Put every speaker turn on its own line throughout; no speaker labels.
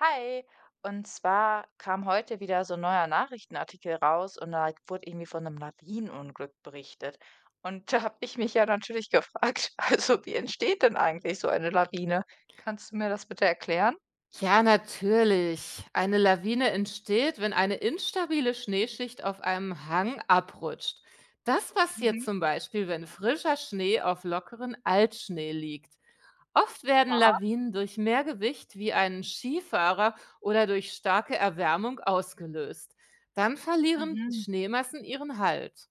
Hi, und zwar kam heute wieder so ein neuer Nachrichtenartikel raus und da wurde irgendwie von einem Lawinenunglück berichtet. Und da habe ich mich ja natürlich gefragt, also wie entsteht denn eigentlich so eine Lawine? Kannst du mir das bitte erklären?
Ja, natürlich. Eine Lawine entsteht, wenn eine instabile Schneeschicht auf einem Hang abrutscht. Das passiert
Mhm.
zum Beispiel, wenn frischer Schnee auf lockeren Altschnee liegt. Oft werden
Aha.
Lawinen durch mehr Gewicht wie einen Skifahrer oder durch starke Erwärmung ausgelöst. Dann verlieren die
Mhm.
Schneemassen ihren Halt.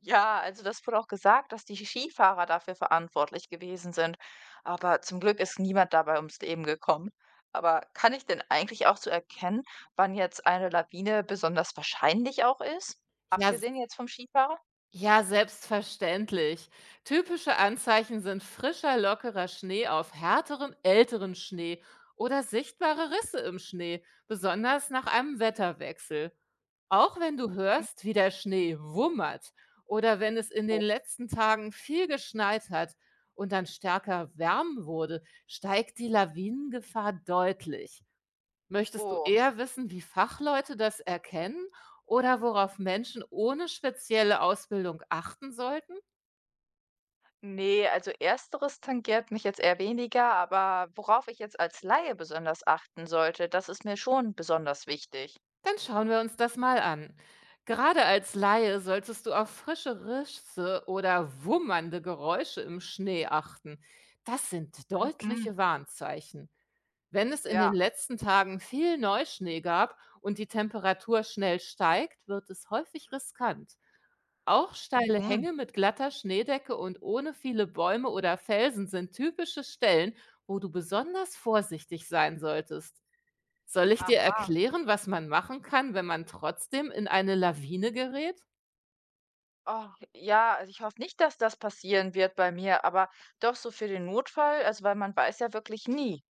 Ja, also das wurde auch gesagt, dass die Skifahrer dafür verantwortlich gewesen sind. Aber zum Glück ist niemand dabei ums Leben gekommen. Aber kann ich denn eigentlich auch so erkennen, wann jetzt eine Lawine besonders wahrscheinlich auch ist?
Ja,
Abgesehen jetzt vom Skifahrer?
Ja, selbstverständlich. Typische Anzeichen sind frischer, lockerer Schnee auf härteren, älteren Schnee oder sichtbare Risse im Schnee, besonders nach einem Wetterwechsel. Auch wenn du
Hm,
hörst, wie der Schnee wummert oder wenn es in den
so.
letzten Tagen viel geschneit hat und dann stärker wärm wurde, steigt die Lawinengefahr deutlich. Möchtest du
Oh,
eher wissen, wie Fachleute das erkennen oder worauf Menschen ohne spezielle Ausbildung achten sollten?
nee, also ersteres tangiert mich jetzt eher weniger, aber worauf ich jetzt als Laie besonders achten sollte, das ist mir schon besonders wichtig.
Dann schauen wir uns das mal an. Gerade als Laie solltest du auf frische Risse oder wummernde Geräusche im Schnee achten. Das sind
Mhm.
deutliche Warnzeichen. Wenn es in
Ja.
den letzten Tagen viel Neuschnee gab und die Temperatur schnell steigt, wird es häufig riskant. Auch steile
Mhm.
Hänge mit glatter Schneedecke und ohne viele Bäume oder Felsen sind typische Stellen, wo du besonders vorsichtig sein solltest. Soll ich dir
Aha.
erklären, was man machen kann, wenn man trotzdem in eine Lawine gerät?
Oh, ja, also ich hoffe nicht, dass das passieren wird bei mir, aber doch so für den Notfall, also weil man weiß ja wirklich nie.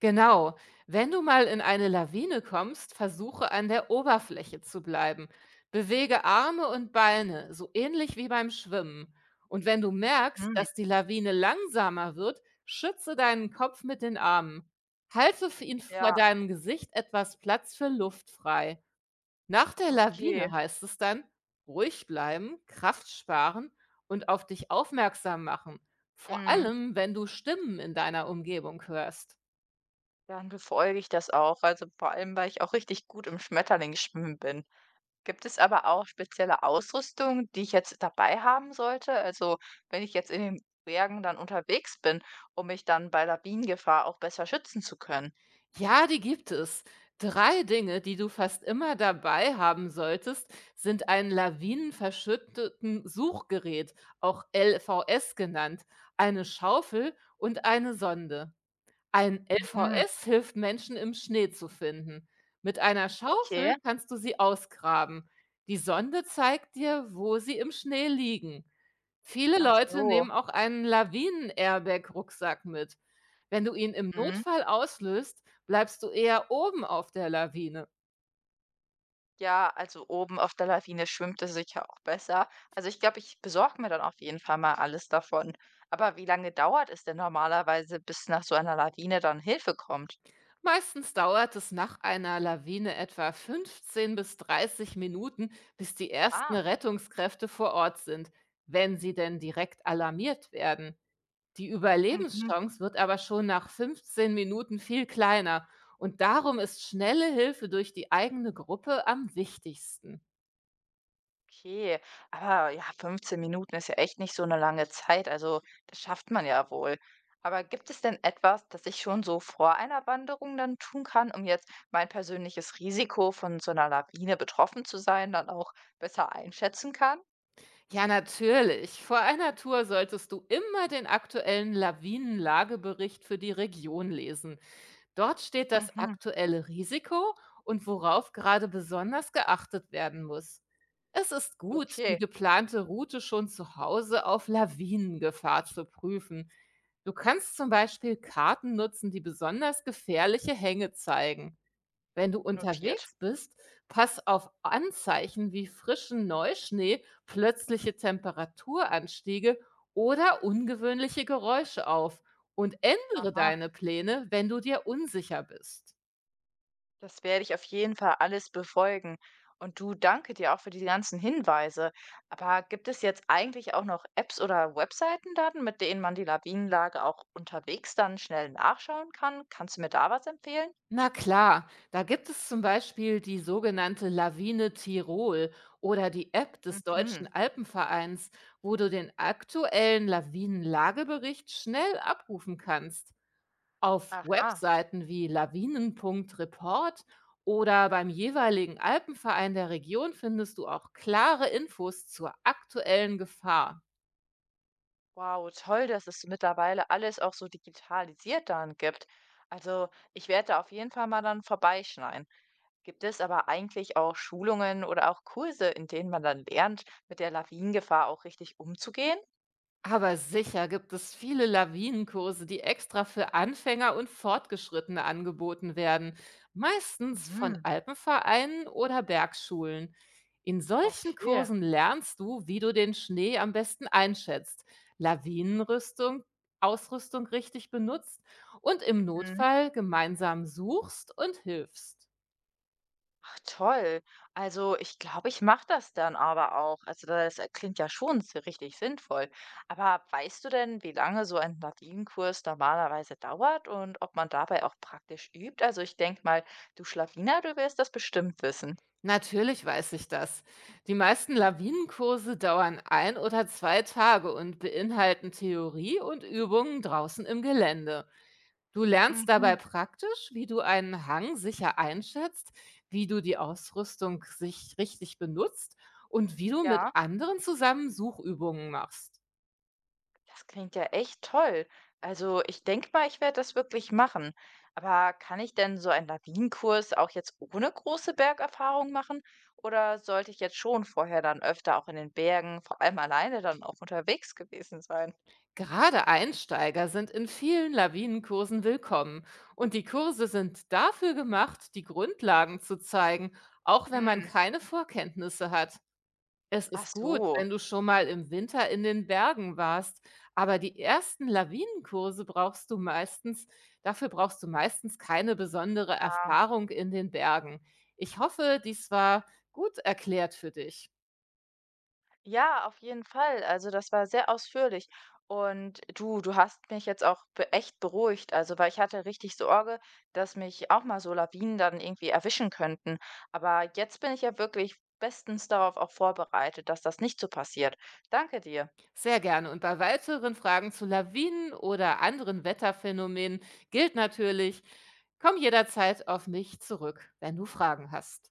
Genau. Wenn du mal in eine Lawine kommst, versuche an der Oberfläche zu bleiben. Bewege Arme und Beine, so ähnlich wie beim Schwimmen. Und wenn du merkst,
Hm,
dass die Lawine langsamer wird, schütze deinen Kopf mit den Armen. Halte für ihn vor
ja,
deinem Gesicht etwas Platz für Luft frei. Nach der
okay.
Lawine heißt es dann, ruhig bleiben, Kraft sparen und auf dich aufmerksam machen. Vor
Mhm.
allem, wenn du Stimmen in deiner Umgebung hörst.
Dann befolge ich das auch. Also vor allem, weil ich auch richtig gut im Schmetterlingsschwimmen bin. Gibt es aber auch spezielle Ausrüstung, die ich jetzt dabei haben sollte? Also wenn ich jetzt in den Bergen dann unterwegs bin, um mich dann bei Lawinengefahr auch besser schützen zu können.
Ja, die gibt es. Drei Dinge, die du fast immer dabei haben solltest, sind ein lawinenverschütteten Suchgerät, auch LVS genannt, eine Schaufel und eine Sonde. Ein
Mhm,
LVS hilft Menschen im Schnee zu finden. Mit einer Schaufel
okay.
kannst du sie ausgraben. Die Sonde zeigt dir, wo sie im Schnee liegen. Viele
Ach
Leute
so.
nehmen auch einen Lawinen-Airbag-Rucksack mit. Wenn du ihn im
Mhm.
Notfall auslöst, bleibst du eher oben auf der Lawine.
Ja, also oben auf der Lawine schwimmt es sicher auch besser. Also ich glaube, ich besorge mir dann auf jeden Fall mal alles davon. Aber wie lange dauert es denn normalerweise, bis nach so einer Lawine dann Hilfe kommt?
Meistens dauert es nach einer Lawine etwa 15 bis 30 Minuten, bis die ersten
Ah,
Rettungskräfte vor Ort sind, wenn sie denn direkt alarmiert werden. Die
mhm.
Überlebenschance wird aber schon nach 15 Minuten viel kleiner und darum ist schnelle Hilfe durch die eigene Gruppe am wichtigsten.
Okay, aber ja, 15 Minuten ist ja echt nicht so eine lange Zeit, also das schafft man ja wohl. Aber gibt es denn etwas, das ich schon so vor einer Wanderung dann tun kann, um jetzt mein persönliches Risiko von so einer Lawine betroffen zu sein, dann auch besser einschätzen kann?
Ja, natürlich. Vor einer Tour solltest du immer den aktuellen Lawinenlagebericht für die Region lesen. Dort steht das
Mhm.
aktuelle Risiko und worauf gerade besonders geachtet werden muss. Es ist gut, die
Okay.
geplante Route schon zu Hause auf Lawinengefahr zu prüfen. Du kannst zum Beispiel Karten nutzen, die besonders gefährliche Hänge zeigen. Wenn du
Notiert.
unterwegs bist, pass auf Anzeichen wie frischen Neuschnee, plötzliche Temperaturanstiege oder ungewöhnliche Geräusche auf und ändere
Aha,
deine Pläne, wenn du dir unsicher bist.
das werde ich auf jeden Fall alles befolgen. Und du, danke dir auch für die ganzen Hinweise. Aber gibt es jetzt eigentlich auch noch Apps oder Webseiten dann, mit denen man die Lawinenlage auch unterwegs dann schnell nachschauen kann? Kannst du mir da was empfehlen?
Na klar, da gibt es zum Beispiel die sogenannte Lawine Tirol oder die App des Deutschen
Mhm.
Alpenvereins, wo du den aktuellen Lawinenlagebericht schnell abrufen kannst. Auf
Aha.
Webseiten wie lawinen.report oder beim jeweiligen Alpenverein der Region findest du auch klare Infos zur aktuellen Gefahr.
Wow, toll, dass es mittlerweile alles auch so digitalisiert dann gibt. Also, ich werde da auf jeden Fall mal dann vorbeischneiden. Gibt es aber eigentlich auch Schulungen oder auch Kurse, in denen man dann lernt, mit der Lawinengefahr auch richtig umzugehen?
Aber sicher gibt es viele Lawinenkurse, die extra für Anfänger und Fortgeschrittene angeboten werden, meistens von
Mhm.
Alpenvereinen oder Bergschulen. In solchen
Okay.
Kursen lernst du, wie du den Schnee am besten einschätzt, Lawinenrüstung, Ausrüstung richtig benutzt und im
Mhm.
Notfall gemeinsam suchst und hilfst.
Ach toll. Also ich glaube, ich mache das dann aber auch. Also das klingt ja schon so richtig sinnvoll. Aber weißt du denn, wie lange so ein Lawinenkurs normalerweise dauert und ob man dabei auch praktisch übt? Also ich denke mal, du Schlawiner, du wirst das bestimmt wissen.
Natürlich weiß ich das. Die meisten Lawinenkurse dauern ein oder zwei Tage und beinhalten Theorie und Übungen draußen im Gelände. Du lernst dabei
Mhm.
praktisch, wie du einen Hang sicher einschätzt, wie du die Ausrüstung sich richtig benutzt und wie du mit
Ja.
anderen zusammen Suchübungen machst.
Das klingt ja echt toll. Also ich denke mal, ich werde das wirklich machen. Aber kann ich denn so einen Lawinenkurs auch jetzt ohne große Bergerfahrung machen? Oder sollte ich jetzt schon vorher dann öfter auch in den Bergen, vor allem alleine dann auch unterwegs gewesen sein?
Gerade Einsteiger sind in vielen Lawinenkursen willkommen und die Kurse sind dafür gemacht, die Grundlagen zu zeigen, auch wenn man
Hm.
keine Vorkenntnisse hat. Es
Ach
ist gut,
so.
wenn du schon mal im Winter in den Bergen warst, aber die ersten Lawinenkurse brauchst du meistens, dafür brauchst du meistens keine besondere Erfahrung in den Bergen. Ich hoffe, dies war gut erklärt für dich.
Ja, auf jeden Fall. Also das war sehr ausführlich. Und du hast mich jetzt auch be echt beruhigt. Also, weil ich hatte richtig Sorge, dass mich auch mal so Lawinen dann irgendwie erwischen könnten. Aber jetzt bin ich ja wirklich bestens darauf auch vorbereitet, dass das nicht so passiert. Danke dir.
Sehr gerne. Und bei weiteren Fragen zu Lawinen oder anderen Wetterphänomenen gilt natürlich, komm jederzeit auf mich zurück, wenn du Fragen hast.